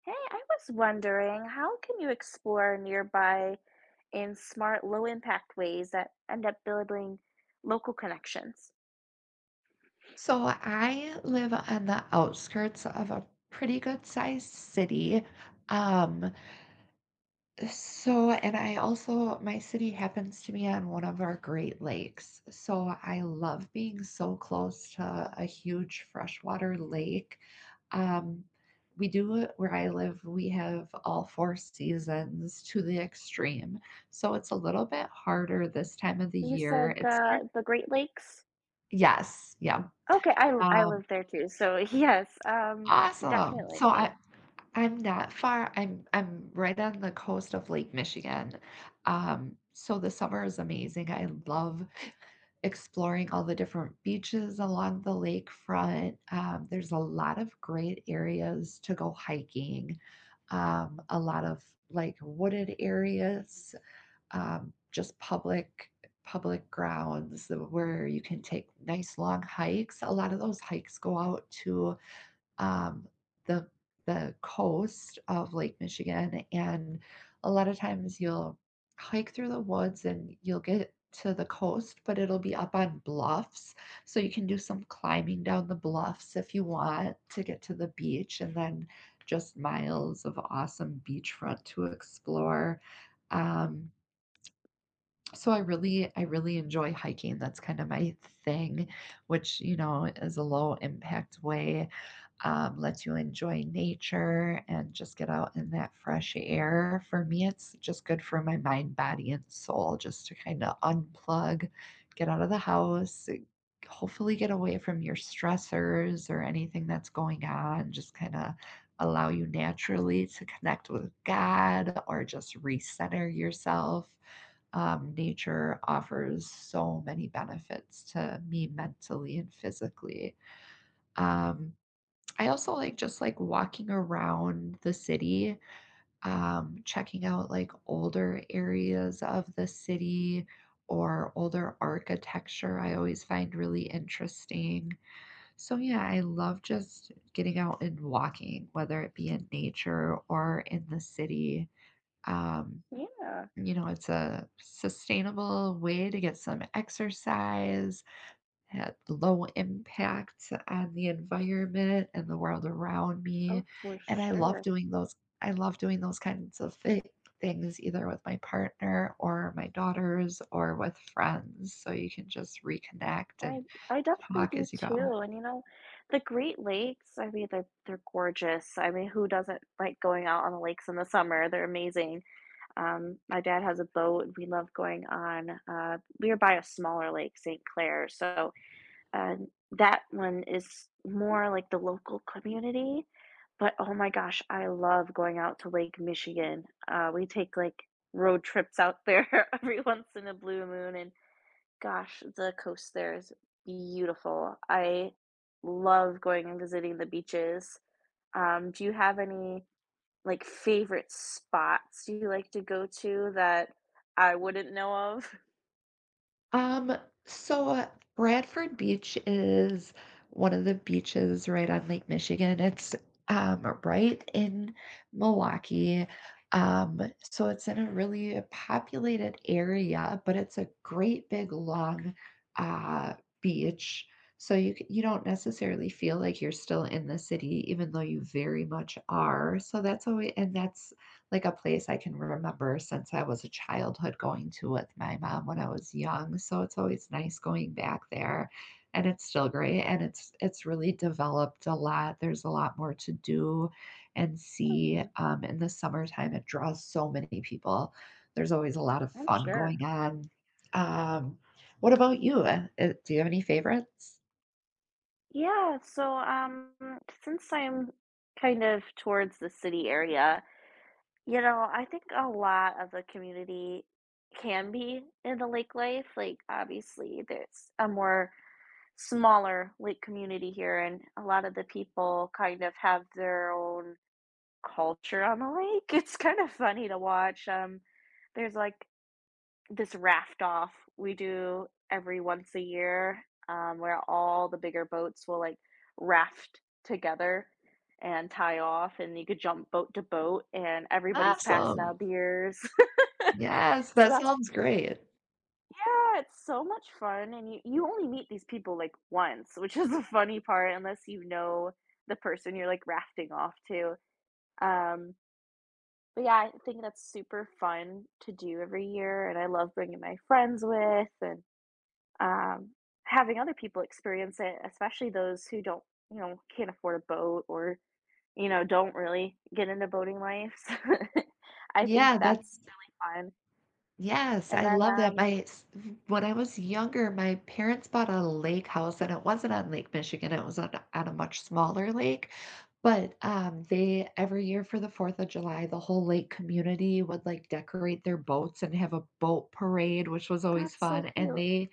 Hey, I was wondering, how can you explore nearby in smart, low impact ways that end up building local connections? So I live on the outskirts of a pretty good sized city. Um, and I also, my city happens to be on one of our Great Lakes. So I love being so close to a huge freshwater lake. Um, we do where I live, we have all four seasons to the extreme. So it's a little bit harder this time of the You year. said It's the Great Lakes? yes, yeah. Okay, I Um, live there too, so yes, awesome. definitely. I'm not far. I'm right on the coast of Lake Michigan. So the summer is amazing. I love exploring all the different beaches along the lakefront. There's a lot of great areas to go hiking. A lot of like wooded areas, just public grounds where you can take nice long hikes. A lot of those hikes go out to um, the the coast of Lake Michigan, and a lot of times you'll hike through the woods and you'll get to the coast, but it'll be up on bluffs, so you can do some climbing down the bluffs if you want to get to the beach, and then just miles of awesome beachfront to explore. Um, I really enjoy hiking. That's kind of my thing, which you know is a low impact way lets you enjoy nature and just get out in that fresh air. For me, it's just good for my mind, body, and soul just to kind of unplug, get out of the house, hopefully get away from your stressors or anything that's going on, just kind of allow you naturally to connect with God or just recenter yourself. Nature offers so many benefits to me mentally and physically. Um, I also like just like walking around the city, checking out like older areas of the city or older architecture, I always find really interesting. So, yeah, I love just getting out and walking, whether it be in nature or in the city. Um, Yeah. you know, it's a sustainable way to get some exercise had low impact on the environment and the world around Oh, me. for And sure. I love doing those kinds of things either with my partner or my daughters or with friends so you can just reconnect and I I definitely talk do as you go. too, and, you know, the Great Lakes, I mean, they're gorgeous. I mean, who doesn't like going out on the lakes in the summer? They're amazing. My dad has a boat, and we love going on, we are by a smaller lake, St. Clair, so. And that one is more like the local community, but oh my gosh, I love going out to Lake Michigan. We take like road trips out there every once in a blue moon, and gosh, the coast there is beautiful. I love going and visiting the beaches. Do you have any like favorite spots you like to go to that I wouldn't know of? Um, so uh, Bradford Beach is one of the beaches right on Lake Michigan. It's right in Milwaukee. Um, so it's in a really populated area, but it's a great big long uh, beach. So you don't necessarily feel like you're still in the city, even though you very much are. So that's always and that's like a place I can remember since I was a childhood going to with my mom when I was young. So it's always nice going back there and it's still great and it's really developed a lot. There's a lot more to do and see. Hmm, In the summertime, it draws so many people. There's always a lot of I'm fun sure. going on. Um, what about you? Do you have any favorites? Yeah, so, since I'm kind of towards the city area, you know, I think a lot of the community can be in the lake life. Like obviously there's a more smaller lake community here, and a lot of the people kind of have their own culture on the lake. It's kind of funny to watch. There's like this raft off we do every once a year, where all the bigger boats will like raft together and tie off, and you could jump boat to boat, and everybody's passing out Awesome. beers. Yes, So that that's, sounds great. yeah, it's so much fun, and you only meet these people like once, which is the funny part, unless you know the person you're like rafting off to. Um, but yeah, I think that's super fun to do every year, and I love bringing my friends with, and um, having other people experience it, especially those who don't, you know, can't afford a boat or, you know, don't really get into boating life. So I think Yeah, that's that's really fun. Yes, And I then, love that. My s when I was younger, my parents bought a lake house, and it wasn't on Lake Michigan, it was on a much smaller lake, but, they every year for the 4th of July, the whole lake community would, like, decorate their boats and have a boat parade, which was that's always so fun, and cute. they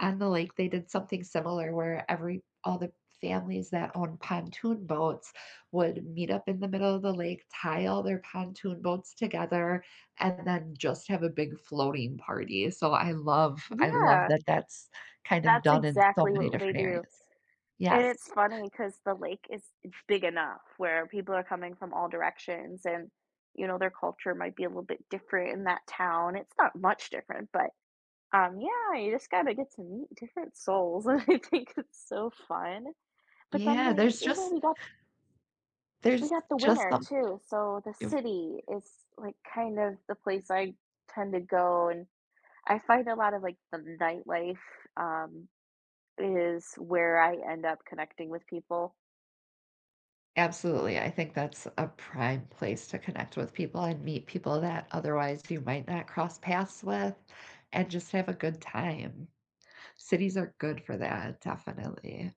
on the lake, they did something similar where every all the families that own pontoon boats would meet up in the middle of the lake, tie all their pontoon boats together, and then just have a big floating party. So I love Yeah, that that's kind of that's done in so exactly many what they different do. areas. And it's Yes. funny because the lake is big enough where people are coming from all directions and, you know, their culture might be a little bit different in that town. It's not much different, but um, yeah, you just gotta get to meet different souls, and I think it's so fun. But then, Yeah, like, even we got we there's got the just winter some too, so the if city is like kind of the place I tend to go, and I find a lot of like the nightlife, um, is where I end up connecting with people. Absolutely. I think that's a prime place to connect with people and meet people that otherwise you might not cross paths with and just have a good time. Cities are good for that, definitely.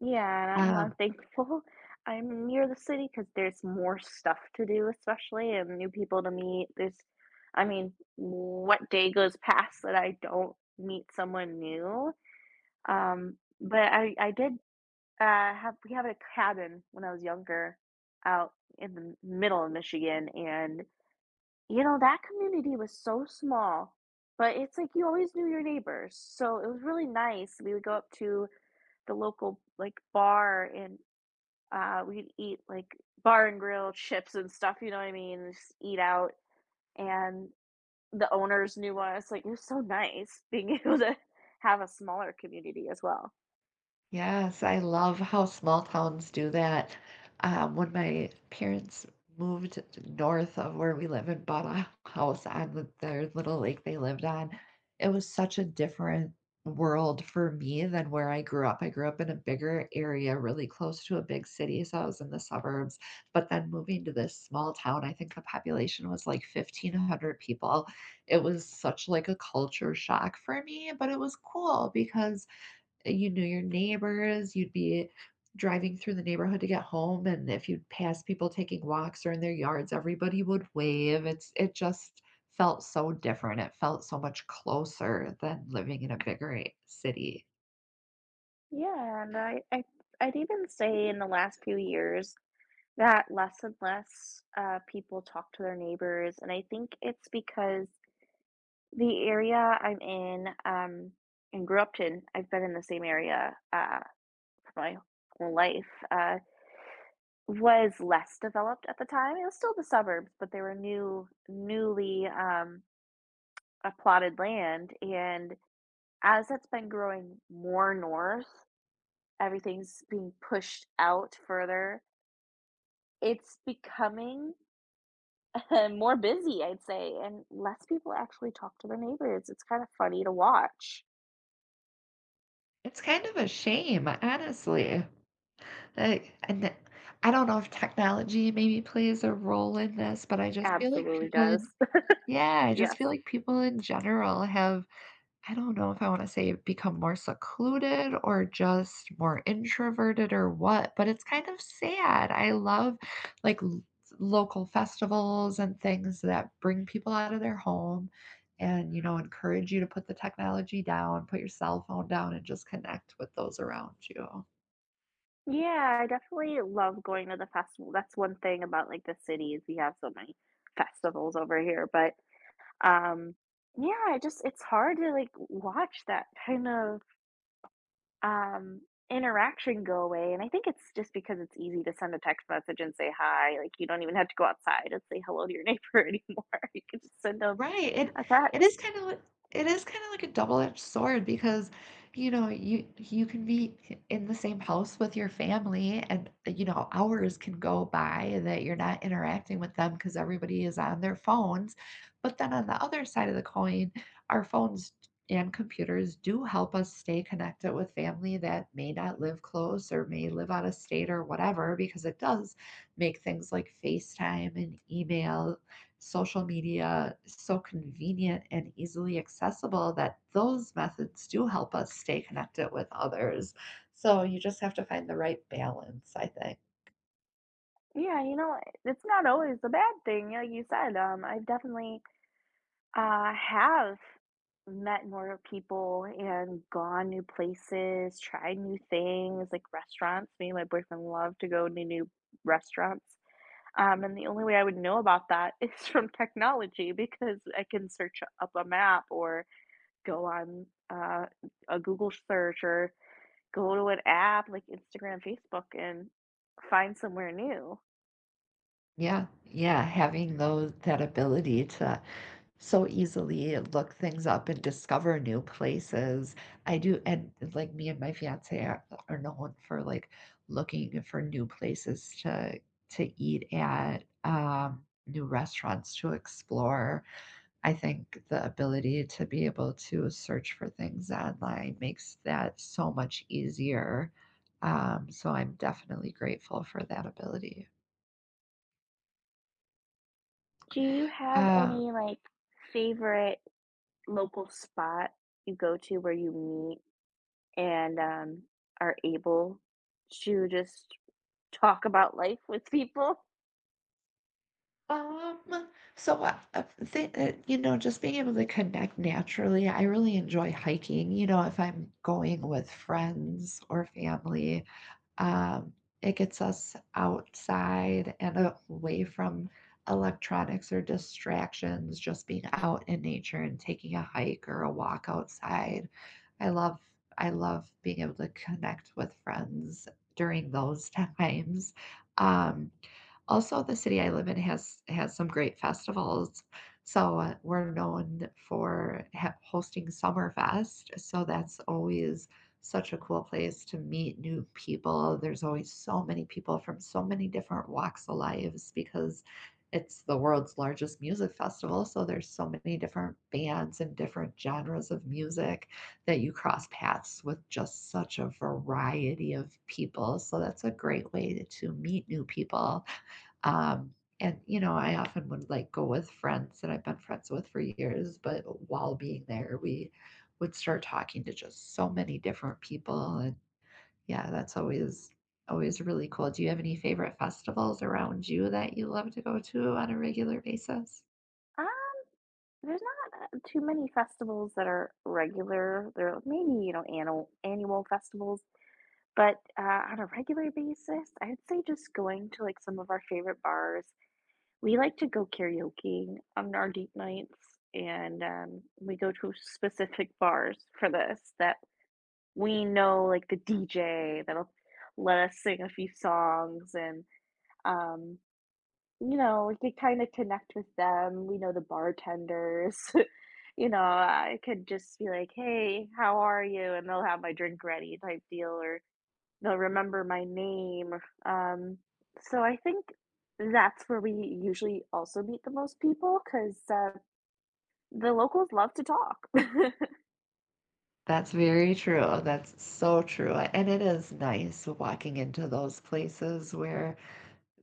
Yeah, you know, I'm Um thankful I'm near the city because there's more stuff to do, especially, and new people to meet. There's, I mean, what day goes past that I don't meet someone new? But I did, uh, have we had a cabin when I was younger out in the middle of Michigan, and, you know, that community was so small, but it's like you always knew your neighbors, so it was really nice. We would go up to the local, like, bar and we'd eat like bar and grill chips and stuff, you know what I mean? And just eat out. And the owners knew us. Like, it was so nice being able to have a smaller community as well. Yes, I love how small towns do that. When my parents moved north of where we live and bought a house on the, their little lake they lived on, it was such a different world for me than where I grew up. I grew up in a bigger area, really close to a big city, so I was in the suburbs. But then moving to this small town, I think the population was like 1,500 people. It was such like a culture shock for me, but it was cool because you knew your neighbors, you'd be driving through the neighborhood to get home, and if you'd pass people taking walks or in their yards, everybody would wave. It's it just felt so different. It felt so much closer than living in a bigger city. Yeah, and I I'd even say in the last few years that less and less people talk to their neighbors, and I think it's because the area I'm in, and grew up in, I've been in the same area for my whole life. Uh, Was less developed at the time, it was still the suburbs, but they were newly, allotted land, and as it's been growing more north, everything's being pushed out further. It's becoming more busy, I'd say, and less people actually talk to their neighbors, it's kinda funny to watch. It's kind of a shame, honestly. Like, and th- I don't know if technology maybe plays a role in this, but I just feel like Absolutely people does. in yeah, I just Yes. feel like people in general have I don't know if I want to say become more secluded or just more introverted or what, but it's kind of sad. I love like l- local festivals and things that bring people out of their home and, you know, encourage you to put the technology down, put your cell phone down, and just connect with those around you. Yeah, I definitely love going to the festival, that's one thing about, like, the city is we have so many festivals over here, but um, yeah, I just it's hard to like watch that kind of um interaction go away. And I think it's just because it's easy to send a text message and say hi. Like you don't even have to go outside and say hello to your neighbor anymore. You can just send them Right, a it is text. kind of it is kind of like a double-edged sword because, you know, you can be in the same house with your family and, you know, hours can go by that you're not interacting with them because everybody is on their phones. But then on the other side of the coin, our phones and computers do help us stay connected with family that may not live close or may live out of state or whatever, because it does make things like FaceTime and email social media so convenient and easily accessible that those methods do help us stay connected with others. So you just have to find the right balance, I think. Yeah, you know, it's not always a bad thing. Like you said, I have definitely have met more people and gone new places, tried new things like restaurants. Me and my boyfriend love to go to new restaurants. And the only way I would know about that is from technology because I can search up a map or go on a Google search or go to an app like Instagram, Facebook, and find somewhere new. Yeah, yeah, having those that ability to so easily look things up and discover new places. I do, and like me and my fiance are known for like looking for new places to eat at, new restaurants to explore. I think the ability to be able to search for things online makes that so much easier. So I'm definitely grateful for that ability. Do you have Um, any like favorite local spot you go to where you meet and, are able to just talk about life with people? Um, I think that, you know, just being able to connect naturally, I really enjoy hiking. You know, if I'm going with friends or family, um, it gets us outside and away from electronics or distractions, just being out in nature and taking a hike or a walk outside. I love I love being able to connect with friends during those times. Um, also, the city I live in has some great festivals, so, we're known for ha hosting Summerfest, so that's always such a cool place to meet new people. There's always so many people from so many different walks of lives because it's the world's largest music festival, so there's so many different bands and different genres of music that you cross paths with just such a variety of people, so that's a great way to meet new people. Um, and you know, I often would like go with friends that I've been friends with for years, but while being there, we would start talking to just so many different people. And yeah, that's always always really cool. Do you have any favorite festivals around you that you love to go to on a regular basis? There's not, too many festivals that are regular. There are maybe, you know, annual festivals, but, on a regular basis, I'd say just going to, like, some of our favorite bars. We like to go karaoke on our date nights, and, we go to specific bars for this that we know, like, the DJ that'll let us sing a few songs and, um, you know, we could kinda connect with them, we know the bartenders. You know, I could just be like, "Hey, how are you?" And they'll have my drink ready type deal, or they'll remember my name. Um, so I think that's where we usually also meet the most people 'cause, the locals love to talk. That's very true. That's so true. And it is nice walking into those places where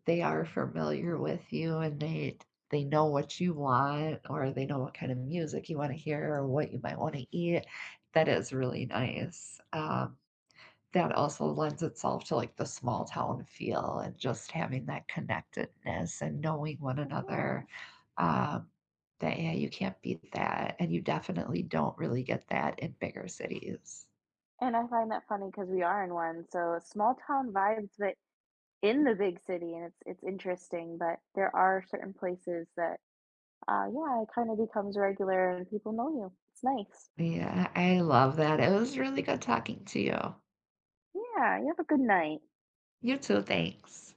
they are familiar with you and they know what you want or they know what kind of music you wanna hear or what you might wanna eat. That is really nice. That also lends itself to, like, the small town feel and just having that connectedness and knowing one another. Yeah, Um, that yeah, you can't beat that, and you definitely don't really get that in bigger cities. and I find that funny because we are in one, so small town vibes, but in the big city, and it's interesting, but there are certain places that uh, yeah, it kind of becomes regular and people know you. It's nice. Yeah, I love that. It was really good talking to you. Yeah, you have a good night. You too, thanks.